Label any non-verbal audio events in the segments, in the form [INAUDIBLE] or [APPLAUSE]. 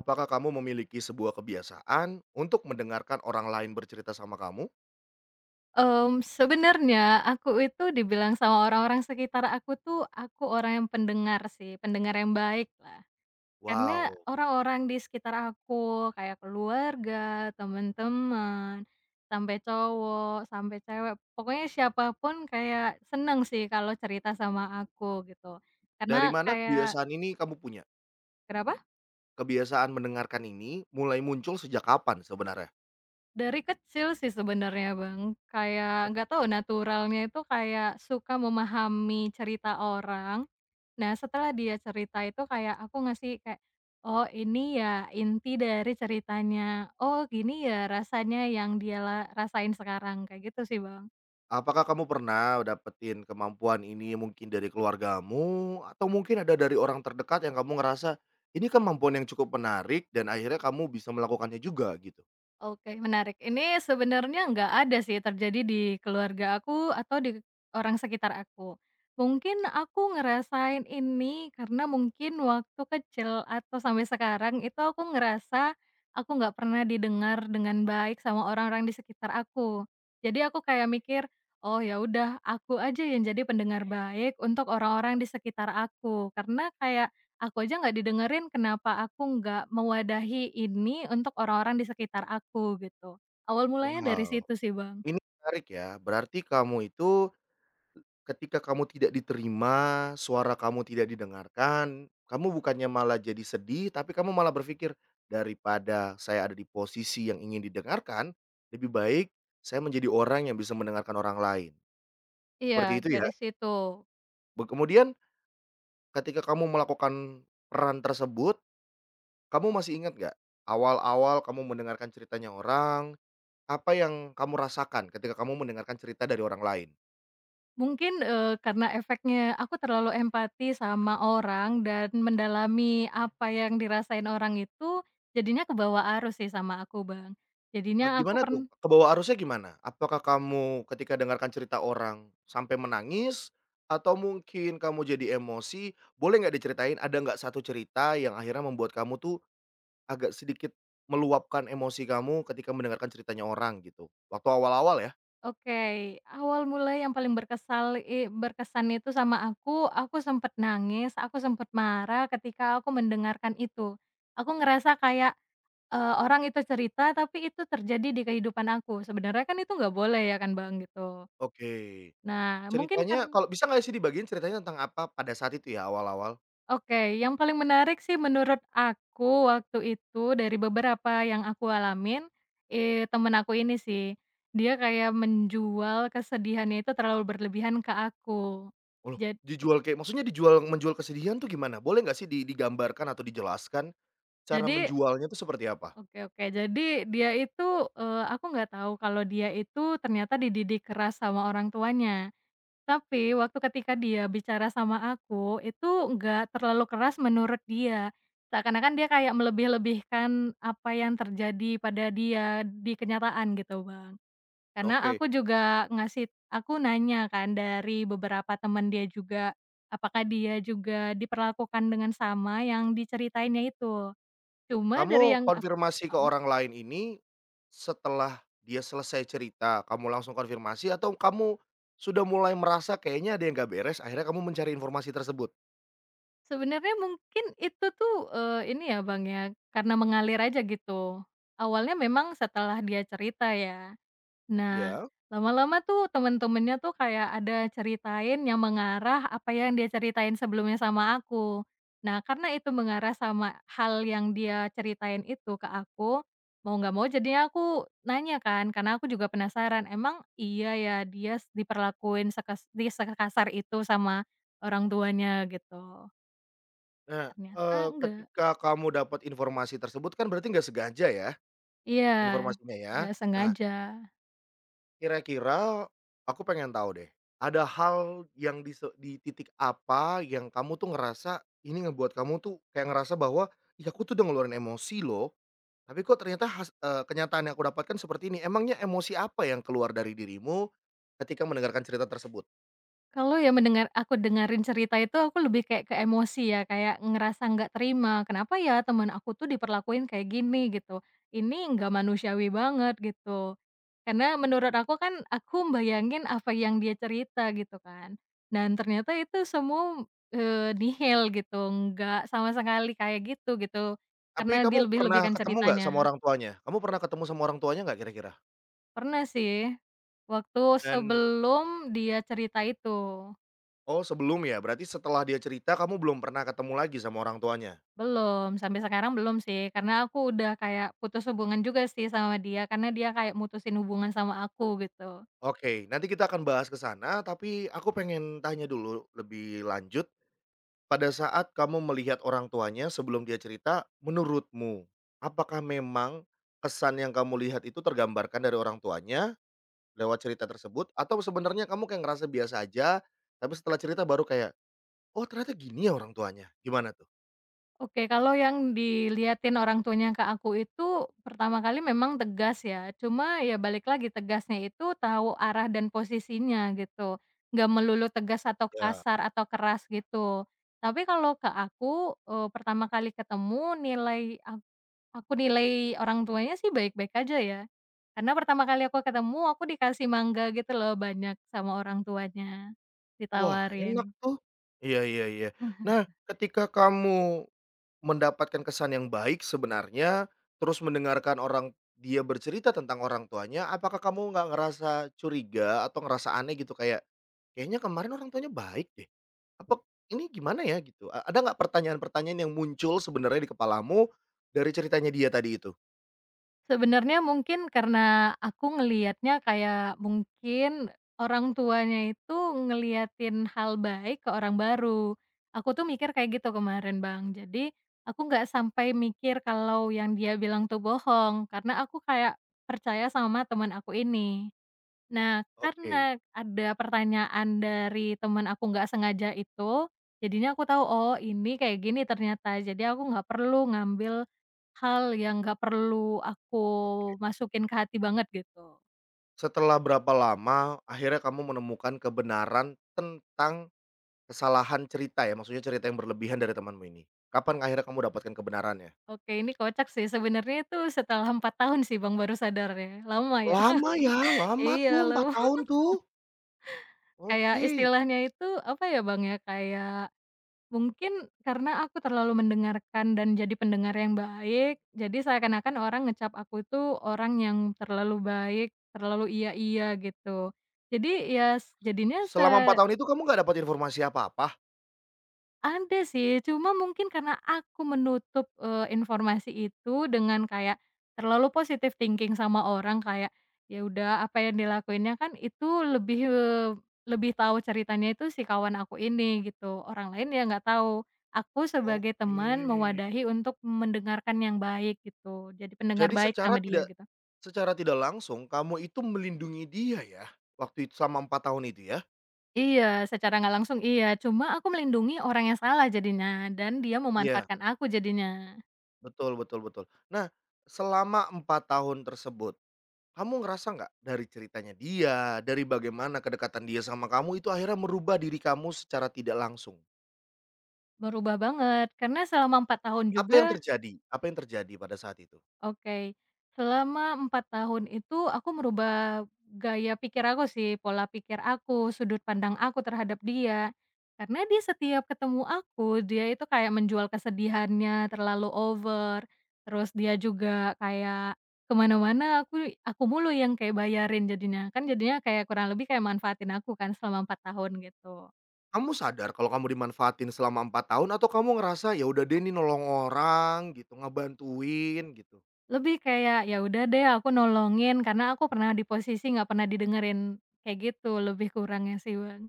Apakah kamu memiliki sebuah kebiasaan untuk mendengarkan orang lain bercerita sama kamu? Sebenarnya aku itu dibilang sama orang-orang sekitar aku tuh, aku orang yang pendengar sih, pendengar yang baik lah. Karena Wow, orang-orang di sekitar aku, kayak keluarga, teman-teman, sampai cowok, sampai cewek, pokoknya siapapun kayak seneng sih kalau cerita sama aku gitu. dari Karena mana kayak kebiasaan ini kamu punya? kenapa? Kebiasaan mendengarkan ini mulai muncul sejak kapan sebenarnya? Dari kecil sih sebenarnya, Bang. Kayak nggak tahu naturalnya itu kayak suka memahami cerita orang. Nah, setelah dia cerita itu kayak aku ngasih kayak, "Oh, ini ya inti dari ceritanya. Oh, gini ya rasanya yang dia rasain sekarang." Kayak gitu sih, Bang. Apakah kamu pernah dapetin kemampuan ini mungkin dari keluargamu atau mungkin ada dari orang terdekat yang kamu ngerasa ini kemampuan yang cukup menarik dan akhirnya kamu bisa melakukannya juga gitu? Oke, menarik. Ini sebenarnya nggak ada sih terjadi di keluarga aku atau di orang sekitar aku. Mungkin aku ngerasain ini karena mungkin waktu kecil atau sampai sekarang itu aku ngerasa aku nggak pernah didengar dengan baik sama orang-orang di sekitar aku. Jadi aku kayak mikir, "Oh ya udah, aku aja yang jadi pendengar baik untuk orang-orang di sekitar aku." Karena kayak aku aja nggak didengerin, kenapa aku nggak mewadahi ini untuk orang-orang di sekitar aku gitu. Awal mulanya dari Wow, situ sih, Bang. ini menarik ya. Berarti kamu itu ketika kamu tidak diterima, suara kamu tidak didengarkan, kamu bukannya malah jadi sedih, tapi kamu malah berpikir, "Daripada saya ada di posisi yang ingin didengarkan, lebih baik saya menjadi orang yang bisa mendengarkan orang lain." Iya, Seperti itu ya? dari situ. Kemudian ketika kamu melakukan peran tersebut, kamu masih ingat nggak, awal-awal kamu mendengarkan ceritanya orang, apa yang kamu rasakan ketika kamu mendengarkan cerita dari orang lain? Mungkin, karena efeknya aku terlalu empati sama orang dan mendalami apa yang dirasain orang itu, jadinya kebawa arus sih sama aku, Bang. Ah, Jadinya aku gimana tuh? pernah. Kebawa arusnya gimana? Apakah kamu ketika dengarkan cerita orang sampai menangis? Atau mungkin kamu jadi emosi? Boleh nggak diceritain ada nggak satu cerita yang akhirnya membuat kamu tuh agak sedikit meluapkan emosi kamu ketika mendengarkan ceritanya orang gitu? Waktu awal-awal ya? Oke, awal mulai yang paling berkesal i berkesan itu sama aku sempet nangis, aku sempet marah ketika aku mendengarkan itu. Aku ngerasa kayak, orang itu cerita, tapi itu terjadi di kehidupan aku. Sebenarnya kan itu nggak boleh ya kan, Bang, gitu. Oke. Nah, mungkin Ceritanya karena kalau bisa nggak sih dibagiin ceritanya tentang apa pada saat itu ya awal-awal? Oke, yang paling menarik sih menurut aku waktu itu dari beberapa yang aku alamin, temen aku ini sih, dia kayak menjual kesedihannya itu terlalu berlebihan ke aku. Oh loh, dijual kayak maksudnya dijual menjual kesedihan tuh gimana? Boleh nggak sih di digambarkan atau dijelaskan cara Jadi menjualnya tuh seperti apa? oke oke. Jadi dia itu, aku nggak tahu kalau dia itu ternyata dididik keras sama orang tuanya. Tapi waktu ketika dia bicara sama aku, itu nggak terlalu keras menurut dia. Seakan-akan dia kayak melebih-lebihkan apa yang terjadi pada dia di kenyataan gitu, Bang. Karena Oke. aku juga ngasih aku nanya kan dari beberapa teman dia juga, apakah dia juga diperlakukan dengan sama yang diceritainnya itu. Cuma dari Kamu yang ak konfirmasi ke mhm, orang lain ini, setelah dia selesai cerita, kamu langsung konfirmasi atau kamu sudah mulai merasa kayaknya ada yang gak beres, akhirnya kamu mencari informasi tersebut? sebenarnya mungkin itu tuh, ini ya Bang ya, karena mengalir aja gitu. Awalnya memang setelah dia cerita ya. Nah, Ya. lama-lama tuh temen-temennya tuh kayak ada ceritain yang mengarah apa yang dia ceritain sebelumnya sama aku. Nah, karena itu mengarah sama hal yang dia ceritain itu ke aku, mau nggak mau jadinya aku nanya kan, karena aku juga penasaran, emang iya ya dia diperlakuin sekasar itu sama orang tuanya gitu. Nah, Ternyata enggak. ketika kamu dapat informasi tersebut kan berarti nggak sengaja ya, Iya, informasinya ya? nggak Nah, sengaja. kira-kira aku pengen tahu deh, ada hal yang di titik apa yang kamu tuh ngerasa, ini ngebuat kamu tuh kayak ngerasa bahwa, "Ih, aku tuh udah ngeluarin emosi loh." Tapi kok ternyata kenyataan yang aku dapatkan seperti ini, emangnya emosi apa yang keluar dari dirimu ketika mendengarkan cerita tersebut? Kalau ya mendengar aku dengerin cerita itu aku lebih kayak ke emosi ya, kayak ngerasa nggak terima, kenapa ya teman aku tuh diperlakuin kayak gini gitu, ini nggak manusiawi banget gitu. Karena menurut aku kan aku bayangin apa yang dia cerita gitu kan, dan ternyata itu semua, nihil gitu, nggak sama sekali kayak gitu gitu, Tapi karena kamu pernah dilebih-lebihkan ketemu nggak ceritanya. sama orang tuanya? Kamu pernah ketemu sama orang tuanya nggak kira-kira? Pernah sih, waktu Dan sebelum dia cerita itu. oh sebelum ya, berarti setelah dia cerita kamu belum pernah ketemu lagi sama orang tuanya? Belum, sampai sekarang belum sih, karena aku udah kayak putus hubungan juga sih sama dia, karena dia kayak mutusin hubungan sama aku gitu. Oke, nanti kita akan bahas ke sana, tapi aku pengen tanya dulu lebih lanjut, pada saat kamu melihat orang tuanya sebelum dia cerita, menurutmu, apakah memang kesan yang kamu lihat itu tergambarkan dari orang tuanya lewat cerita tersebut atau sebenarnya kamu kayak ngerasa biasa aja, tapi setelah cerita baru kayak, "Oh ternyata gini ya orang tuanya." Gimana tuh? Oke, kalau yang dilihatin orang tuanya ke aku itu pertama kali memang tegas ya, cuma ya balik lagi tegasnya itu tahu arah dan posisinya gitu, nggak melulu tegas atau Ya. kasar atau keras gitu. Tapi kalau ke aku, pertama kali ketemu Aku nilai orang tuanya sih baik-baik aja ya. Karena pertama kali aku ketemu, aku dikasih mangga gitu loh banyak sama orang tuanya, Wah enak ditawarin. tuh. Iya, iya, iya. [LAUGHS] Nah, ketika kamu mendapatkan kesan yang baik sebenarnya, terus mendengarkan orang dia bercerita tentang orang tuanya, apakah kamu nggak ngerasa curiga atau ngerasa aneh gitu kayak, "Kayaknya kemarin orang tuanya baik deh, apa ini gimana ya?" Gitu. Ada nggak pertanyaan-pertanyaan yang muncul sebenarnya di kepalamu dari ceritanya dia tadi itu? Sebenarnya mungkin karena aku ngelihatnya kayak mungkin orang tuanya itu ngeliatin hal baik ke orang baru. Aku tuh mikir kayak gitu kemarin, Bang. Jadi, aku nggak sampai mikir kalau yang dia bilang tuh bohong, karena aku kayak percaya sama teman aku ini. Nah, Oke, karena ada pertanyaan dari teman aku nggak sengaja itu, jadinya aku tahu, oh ini kayak gini ternyata. Jadi aku nggak perlu ngambil hal yang nggak perlu aku oke. masukin ke hati banget gitu. Setelah berapa lama akhirnya kamu menemukan kebenaran tentang kesalahan cerita ya? Maksudnya cerita yang berlebihan dari temanmu ini? Kapan akhirnya kamu dapatkan kebenarannya? Oke, ini kocak sih, sebenarnya itu setelah 4 tahun sih Bang baru sadar ya, lama ya. Lama ya, [LAUGHS] lama tuh Iya 4 lama. tahun tuh? Kayak Oke. istilahnya itu apa ya Bang ya, kayak mungkin karena aku terlalu mendengarkan dan jadi pendengar yang baik, jadi seakan-akan orang ngecap aku itu orang yang terlalu baik, terlalu iya-iya gitu. Jadi ya s jadinya Selama empat se tahun itu kamu nggak dapat informasi apa-apa? Ada sih, cuma mungkin karena aku menutup, informasi itu dengan kayak terlalu positive thinking sama orang, kayak, ya udah apa yang dilakuinnya kan itu lebih, lebih tahu ceritanya itu si kawan aku ini gitu, orang lain ya nggak tahu. Aku sebagai Oke. teman mewadahi untuk mendengarkan yang baik gitu, jadi pendengar Jadi baik sama dia gitu. secara tidak langsung kamu itu melindungi dia ya? Waktu itu selama 4 tahun itu ya? Iya, secara nggak langsung iya, cuma aku melindungi orang yang salah jadinya dan dia Iya, memanfaatkan aku jadinya. betul, betul, betul. Nah, selama 4 tahun tersebut kamu ngerasa nggak dari ceritanya dia, dari bagaimana kedekatan dia sama kamu itu akhirnya merubah diri kamu secara tidak langsung? Berubah banget, karena selama 4 tahun Apa juga yang terjadi? Apa yang terjadi pada saat itu? oke, selama 4 tahun itu aku merubah gaya pikir aku sih, pola pikir aku, sudut pandang aku terhadap dia. Karena dia setiap ketemu aku, dia itu kayak menjual kesedihannya terlalu over, terus dia juga kayak kemana mana aku mulu yang kayak bayarin jadinya, kan jadinya kayak kurang lebih kayak manfaatin aku kan selama 4 tahun gitu. Kamu sadar kalau kamu dimanfaatin selama 4 tahun atau kamu ngerasa, "Ya udah deh ini nolong orang gitu, ngebantuin," gitu? Lebih kayak, ya udah deh aku nolongin karena aku pernah di posisi nggak pernah didengerin kayak gitu, lebih kurangnya sih, Bang.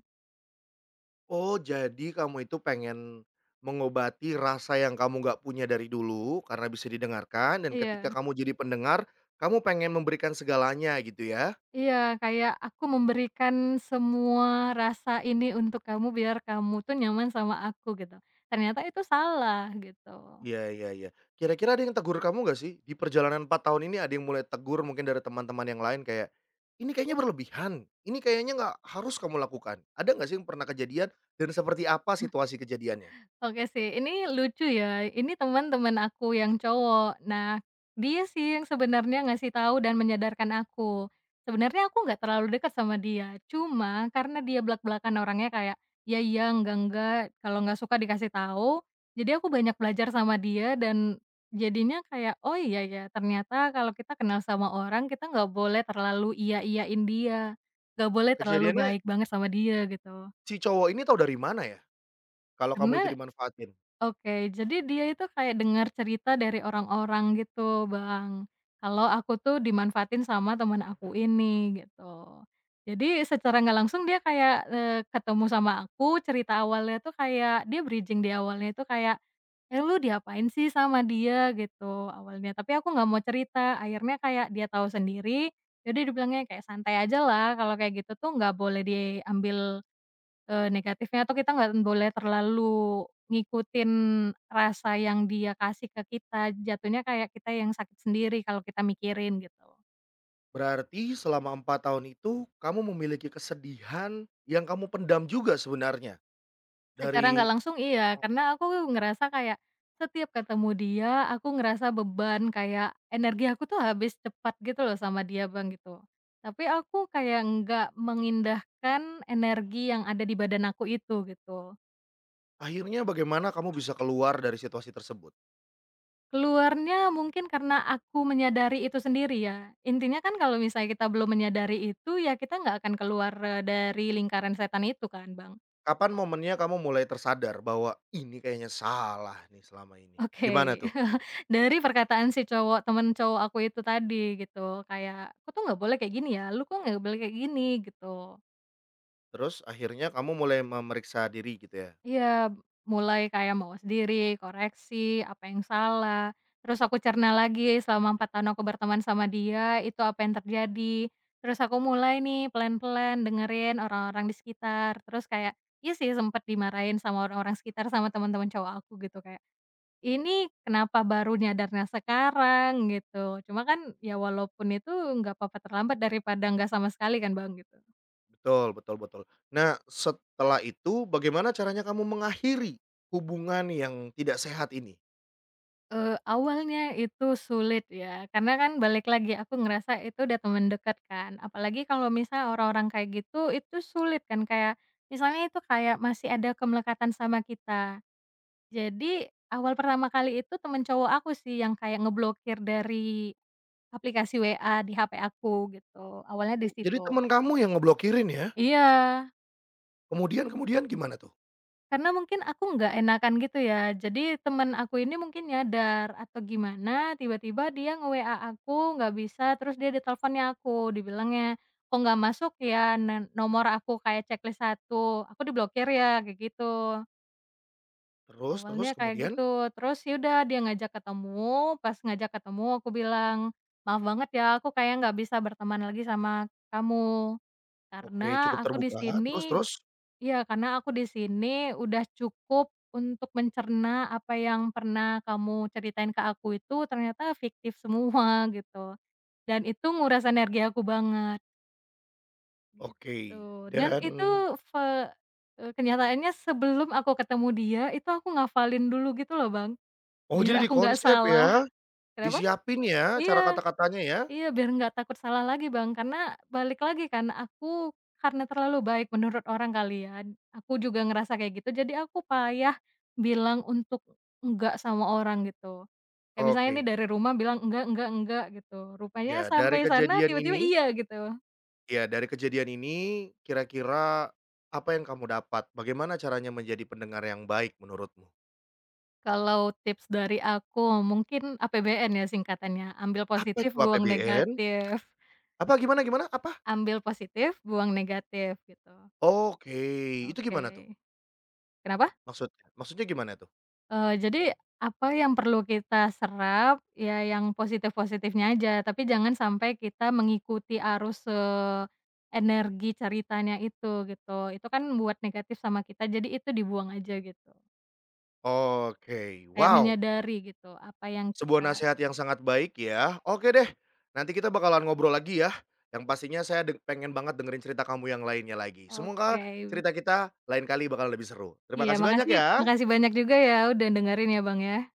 Oh, jadi kamu itu pengen mengobati rasa yang kamu nggak punya dari dulu karena bisa didengarkan dan ketika Iya kamu jadi pendengar, kamu pengen memberikan segalanya gitu ya? iya, kayak aku memberikan semua rasa ini untuk kamu biar kamu tuh nyaman sama aku gitu, ternyata itu salah gitu. Iya, iya, iya. Kira-kira ada yang tegur kamu nggak sih? Di perjalanan 4 tahun ini ada yang mulai tegur mungkin dari teman-teman yang lain kayak, "Ini kayaknya berlebihan, ini kayaknya nggak harus kamu lakukan." Ada nggak sih yang pernah kejadian dan seperti apa situasi kejadiannya? Oke sih, ini lucu ya, ini teman-teman aku yang cowok. Nah, dia sih yang sebenarnya ngasih tahu dan menyadarkan aku. Sebenarnya aku nggak terlalu dekat sama dia, cuma karena dia belak-belakan orangnya kayak, "Ya iya, enggak," kalau nggak suka dikasih tahu. Jadi aku banyak belajar sama dia dan jadinya kayak, "Oh iya ya, ternyata kalau kita kenal sama orang, kita nggak boleh terlalu iya-iyain dia, nggak boleh terlalu Kejadiannya baik banget sama dia," gitu. si cowok ini tahu dari mana ya kalau kamu itu Karena dimanfaatin? Oke, jadi dia itu kayak dengar cerita dari orang-orang gitu, Bang, kalau aku tuh dimanfaatin sama teman aku ini, gitu. Jadi secara nggak langsung dia kayak, ketemu sama aku, cerita awalnya tuh kayak dia bridging di awalnya itu kayak, "Eh, lu diapain sih sama dia?" Gitu awalnya, tapi aku nggak mau cerita, akhirnya kayak dia tahu sendiri. Jadi dibilangnya kayak, "Santai aja lah, kalau kayak gitu tuh nggak boleh diambil. Negatifnya tuh kita nggak boleh terlalu ngikutin rasa yang dia kasih ke kita, jatuhnya kayak kita yang sakit sendiri kalau kita mikirin gitu." Berarti selama 4 tahun itu kamu memiliki kesedihan yang kamu pendam juga sebenarnya Secara nggak dari langsung iya, karena aku ngerasa kayak setiap ketemu dia aku ngerasa beban, kayak energi aku tuh habis cepat gitu loh sama dia, Bang, gitu. Tapi aku kayak nggak mengindahkan energi yang ada di badan aku itu gitu. akhirnya bagaimana kamu bisa keluar dari situasi tersebut? Keluarnya mungkin karena aku menyadari itu sendiri ya. Intinya kan kalau misalnya kita belum menyadari itu, ya kita nggak akan keluar, dari lingkaran setan itu kan, Bang. Kapan momennya kamu mulai tersadar bahwa, "Ini kayaknya salah nih selama ini." Gimana Oke, tuh? [LAUGHS] dari perkataan si cowok temen cowok aku itu tadi gitu, kayak, "Aku tuh nggak boleh kayak gini ya, lu kok nggak boleh kayak gini," gitu. Terus akhirnya kamu mulai memeriksa diri gitu ya? Iya, mulai kayak mau sendiri, koreksi, apa yang salah, terus aku cerna lagi selama 4 tahun aku berteman sama dia, itu apa yang terjadi. Terus aku mulai nih pelan-pelan dengerin orang-orang di sekitar, terus kayak iya sih sempet dimarahin sama orang-orang sekitar, sama teman-teman cowok aku gitu kayak, "Ini kenapa baru nyadarnya sekarang?" Gitu. Cuma kan ya walaupun itu nggak apa-apa terlambat daripada nggak sama sekali kan Bang, gitu. Betul, betul, betul. Nah, setelah itu bagaimana caranya kamu mengakhiri hubungan yang tidak sehat ini? Awalnya itu sulit ya, karena kan balik lagi aku ngerasa itu udah teman dekat kan, apalagi kalau misal orang-orang kayak gitu, itu sulit kan kayak misalnya itu kayak masih ada kemelekatan sama kita. Jadi awal pertama kali itu temen cowok aku sih yang kayak ngeblokir dari aplikasi WA di HP aku gitu, awalnya Oh, di jadi situ. teman kamu yang ngeblokirin ya? Iya. Kemudian kemudian gimana tuh? Karena mungkin aku nggak enakan gitu ya. Jadi temen aku ini mungkin nyadar atau gimana tiba-tiba dia nge-WA aku nggak bisa terus dia di teleponnya aku dibilangnya, "Kok nggak masuk ya, nomor aku kayak checklist satu, aku diblokir ya?" Kayak gitu. Terus terus Awalnya kayak kemudian? gitu, terus ya udah dia ngajak ketemu, pas ngajak ketemu aku bilang, "Maaf banget ya aku kayak nggak bisa berteman lagi sama kamu, Oke, karena cukup aku di terbuka, terus sini." terus? Iya, karena aku di sini udah cukup untuk mencerna apa yang pernah kamu ceritain ke aku itu ternyata fiktif semua [LAUGHS] gitu, dan itu nguras energi aku banget, Oke, gitu. Dan dan itu fe eee, kenyataannya sebelum aku ketemu dia, itu aku ngafalin dulu gitu loh, Bang, oh jadi biar di aku nggak konsep salah. ya? Kenapa? Disiapin ya cara Iya. kata-katanya ya? Iya, biar nggak takut salah lagi, Bang, karena balik lagi kan aku karena terlalu baik menurut orang kali ya, aku juga ngerasa kayak gitu, jadi aku payah bilang untuk enggak sama orang gitu. Kayak misalnya nih Oke. dari rumah bilang, enggak," gitu, Ya, rupanya dari sampai sana kejadian tiba-tiba ini iya gitu. ya, dari kejadian ini kira-kira apa yang kamu dapat? Bagaimana caranya menjadi pendengar yang baik menurutmu? Kalau tips dari aku mungkin APBN ya singkatannya, ambil Apa positif, itu buang APBN? negatif. Apa gimana gimana? Apa? Ambil positif, buang negatif gitu. Oke, itu gimana tuh Oke. Kenapa? maksudnya? Maksudnya gimana tuh? Jadi apa yang perlu kita serap, ya yang positif-positifnya aja, tapi jangan sampai kita mengikuti arus, energi ceritanya itu, gitu. Itu kan buat negatif sama kita, jadi itu dibuang aja gitu. Oke, Kayak wow, menyadari gitu apa yang sebuah kita nasihat yang sangat baik ya. Oke deh, nanti kita bakalan ngobrol lagi ya. Yang pastinya saya pengen banget dengerin cerita kamu yang lainnya lagi. Semoga oke. cerita kita lain kali bakal lebih seru. Terima Iya, kasih banyak makasih ya. makasih banyak juga ya udah dengerin ya, Bang, ya.